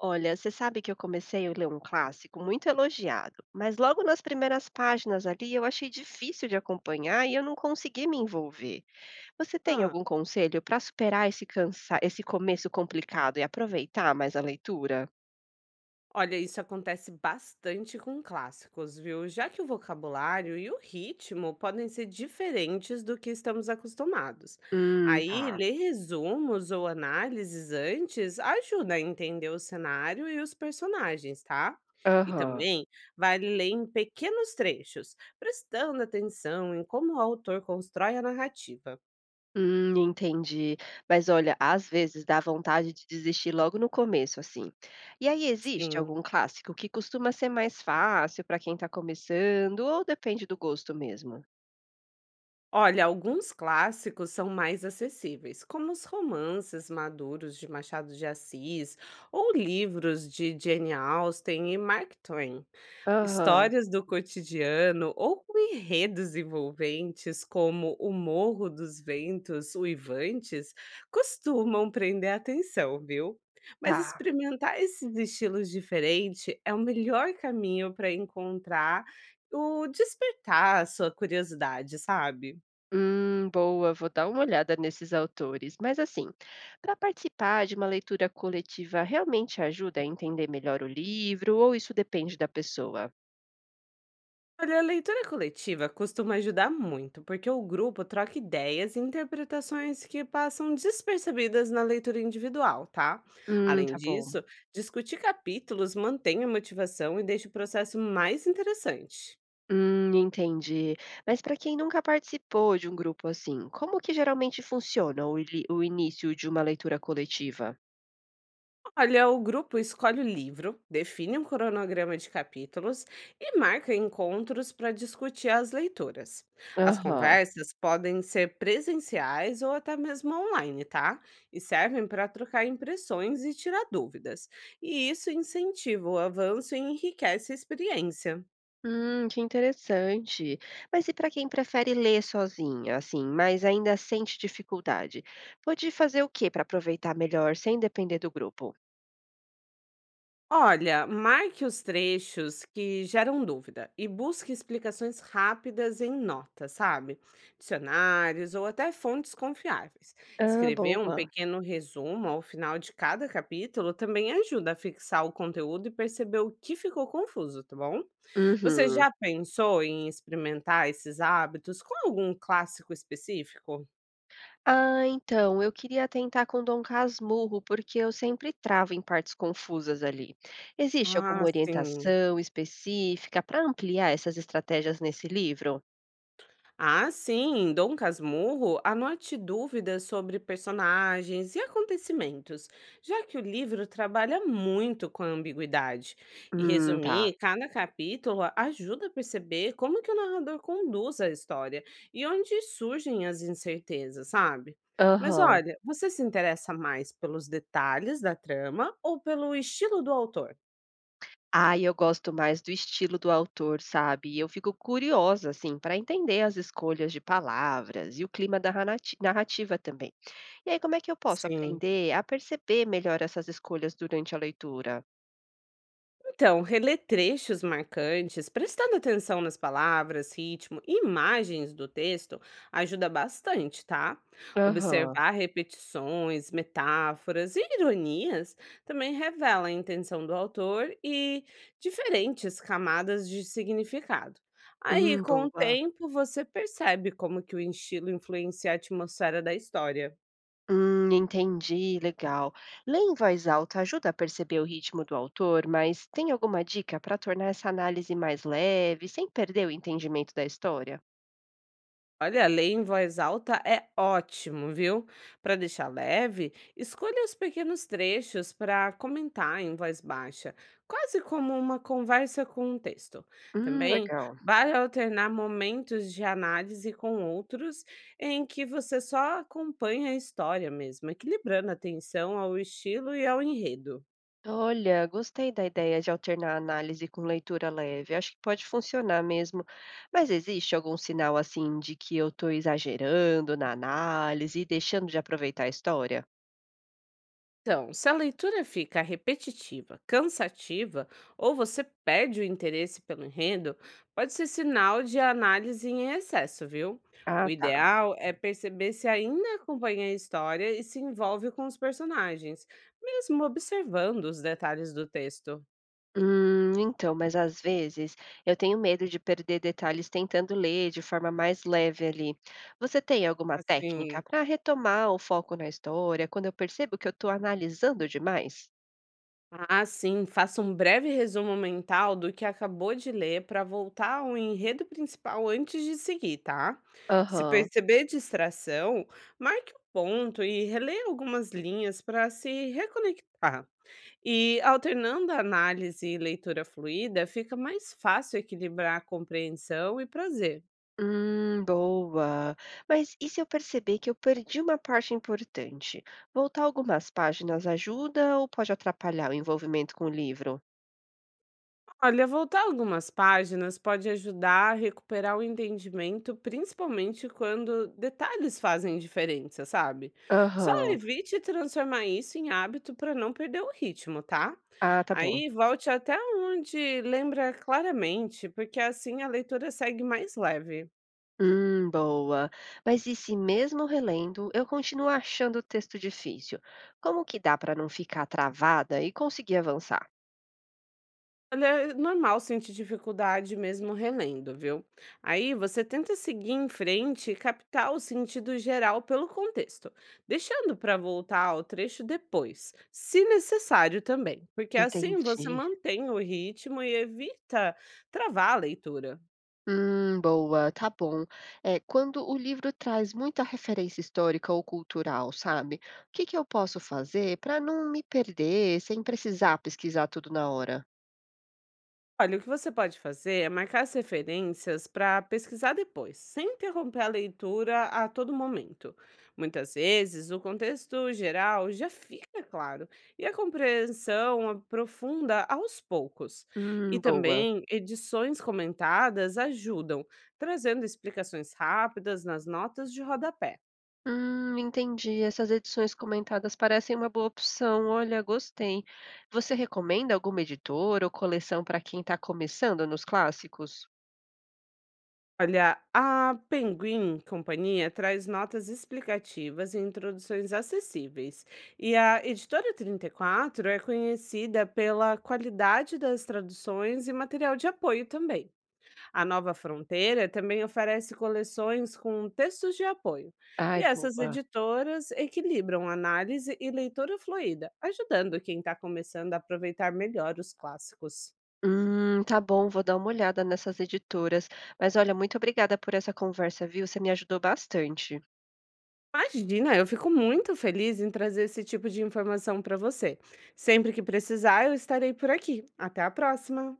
Olha, você sabe que eu comecei a ler um clássico muito elogiado, mas logo nas primeiras páginas ali eu achei difícil de acompanhar e eu não consegui me envolver. Você tem Hã. algum conselho para superar esse começo complicado e aproveitar mais a leitura? Olha, isso acontece bastante com clássicos, viu? Já que o vocabulário e o ritmo podem ser diferentes do que estamos acostumados. Aí, Tá. ler resumos ou análises antes ajuda a entender o cenário e os personagens, tá? E Aham. também vale ler em pequenos trechos, prestando atenção em como o autor constrói a narrativa. Entendi. Mas olha, às vezes dá vontade de desistir logo no começo, assim. E aí, existe Sim. algum clássico que costuma ser mais fácil para quem está começando ou depende do gosto mesmo? Olha, alguns clássicos são mais acessíveis, como os romances maduros de Machado de Assis ou livros de Jane Austen e Mark Twain. Aham, Histórias do cotidiano ou com enredos envolventes, como O Morro dos Ventos Uivantes, costumam prender a atenção, viu? Mas tá. experimentar esses estilos diferentes é o melhor caminho para encontrar o despertar a sua curiosidade, sabe? Boa, vou dar uma olhada nesses autores. Mas assim, para participar de uma leitura coletiva realmente ajuda a entender melhor o livro ou isso depende da pessoa? Olha, a leitura coletiva costuma ajudar muito, porque o grupo troca ideias e interpretações que passam despercebidas na leitura individual, tá? Além Tá bom. disso, discutir capítulos mantém a motivação e deixa o processo mais interessante. Entendi. Mas para quem nunca participou de um grupo assim, como que geralmente funciona o início de uma leitura coletiva? Olha, o grupo escolhe o livro, define um cronograma de capítulos e marca encontros para discutir as leituras. As Aham. conversas podem ser presenciais ou até mesmo online, tá? E servem para trocar impressões e tirar dúvidas. E isso incentiva o avanço e enriquece a experiência. Que interessante. Mas e para quem prefere ler sozinha, assim, mas ainda sente dificuldade? Pode fazer o quê para aproveitar melhor sem depender do grupo? Olha, marque os trechos que geram dúvida e busque explicações rápidas em notas, sabe? Dicionários ou até fontes confiáveis. Ah, Escrever um boa. pequeno resumo ao final de cada capítulo também ajuda a fixar o conteúdo e perceber o que ficou confuso, tá bom? Você Uhum. já pensou em experimentar esses hábitos com algum clássico específico? Ah, então, eu queria tentar com Dom Casmurro, porque eu sempre travo em partes confusas ali. Existe alguma Ah, sim. orientação específica para ampliar essas estratégias nesse livro? Ah, sim, em Dom Casmurro, anote dúvidas sobre personagens e acontecimentos, já que o livro trabalha muito com a ambiguidade. E Tá. resumir cada capítulo ajuda a perceber como que o narrador conduz a história e onde surgem as incertezas, sabe? Mas Aham. olha, você se interessa mais pelos detalhes da trama ou pelo estilo do autor? Ai, eu gosto mais do estilo do autor, sabe? Eu fico curiosa, assim, para entender as escolhas de palavras e o clima da narrativa também. E aí, como é que eu posso Sim. aprender a perceber melhor essas escolhas durante a leitura? Então, reler trechos marcantes, prestando atenção nas palavras, ritmo e imagens do texto ajuda bastante, tá? Aham. Observar repetições, metáforas e ironias também revela a intenção do autor e diferentes camadas de significado. Aí, com o Boa. tempo, você percebe como que o estilo influencia a atmosfera da história. Entendi, legal. Ler em voz alta ajuda a perceber o ritmo do autor, mas tem alguma dica para tornar essa análise mais leve, sem perder o entendimento da história? Olha, ler em voz alta é ótimo, viu? Para deixar leve, escolha os pequenos trechos para comentar em voz baixa, quase como uma conversa com um texto. Também Legal. vale alternar momentos de análise com outros em que você só acompanha a história mesmo, equilibrando a atenção ao estilo e ao enredo. Olha, gostei da ideia de alternar a análise com leitura leve. Acho que pode funcionar mesmo. Mas existe algum sinal assim de que eu estou exagerando na análise e deixando de aproveitar a história? Então, se a leitura fica repetitiva, cansativa ou você perde o interesse pelo enredo, pode ser sinal de análise em excesso, viu? O Ah, tá. ideal é perceber se ainda acompanha a história e se envolve com os personagens, mesmo observando os detalhes do texto. Então, mas às vezes eu tenho medo de perder detalhes tentando ler de forma mais leve ali. Você tem alguma técnica Assim, para retomar o foco na história quando eu percebo que eu estou analisando demais? Ah, sim, faça um breve resumo mental do que acabou de ler para voltar ao enredo principal antes de seguir, tá? Se Aham. perceber distração, marque o ponto e releia algumas linhas para se reconectar. E alternando a análise e leitura fluida, fica mais fácil equilibrar a compreensão e prazer. Boa. Mas e se eu perceber que eu perdi uma parte importante? Voltar algumas páginas ajuda ou pode atrapalhar o envolvimento com o livro? Olha, voltar algumas páginas pode ajudar a recuperar o entendimento, principalmente quando detalhes fazem diferença, sabe? Só Aham. evite transformar isso em hábito para não perder o ritmo, tá? Ah, tá bom. Aí volte até onde lembra claramente, porque assim a leitura segue mais leve. Boa. Mas e se mesmo relendo eu continuo achando o texto difícil? Como que dá para não ficar travada e conseguir avançar? Olha, é normal sentir dificuldade mesmo relendo, viu? Aí você tenta seguir em frente e captar o sentido geral pelo contexto, deixando para voltar ao trecho depois, se necessário também, porque assim você Entendi. mantém o ritmo e evita travar a leitura. Boa, tá bom. É, quando o livro traz muita referência histórica ou cultural, sabe? O que que eu posso fazer para não me perder sem precisar pesquisar tudo na hora? Olha, o que você pode fazer é marcar as referências para pesquisar depois, sem interromper a leitura a todo momento. Muitas vezes, o contexto geral já fica claro e a compreensão aprofunda aos poucos. E Boa. também, edições comentadas ajudam, trazendo explicações rápidas nas notas de rodapé. Entendi. Essas edições comentadas parecem uma boa opção. Olha, gostei. Você recomenda alguma editora ou coleção para quem está começando nos clássicos? Olha, a Penguin Companhia traz notas explicativas e introduções acessíveis. E a Editora 34 é conhecida pela qualidade das traduções e material de apoio também. A Nova Fronteira também oferece coleções com textos de apoio. E Ai, essas boa. editoras equilibram análise e leitura fluida, ajudando quem está começando a aproveitar melhor os clássicos. Tá bom, vou dar uma olhada nessas editoras. Mas olha, muito obrigada por essa conversa, viu? Você me ajudou bastante. Imagina, eu fico muito feliz em trazer esse tipo de informação para você. Sempre que precisar, eu estarei por aqui. Até a próxima!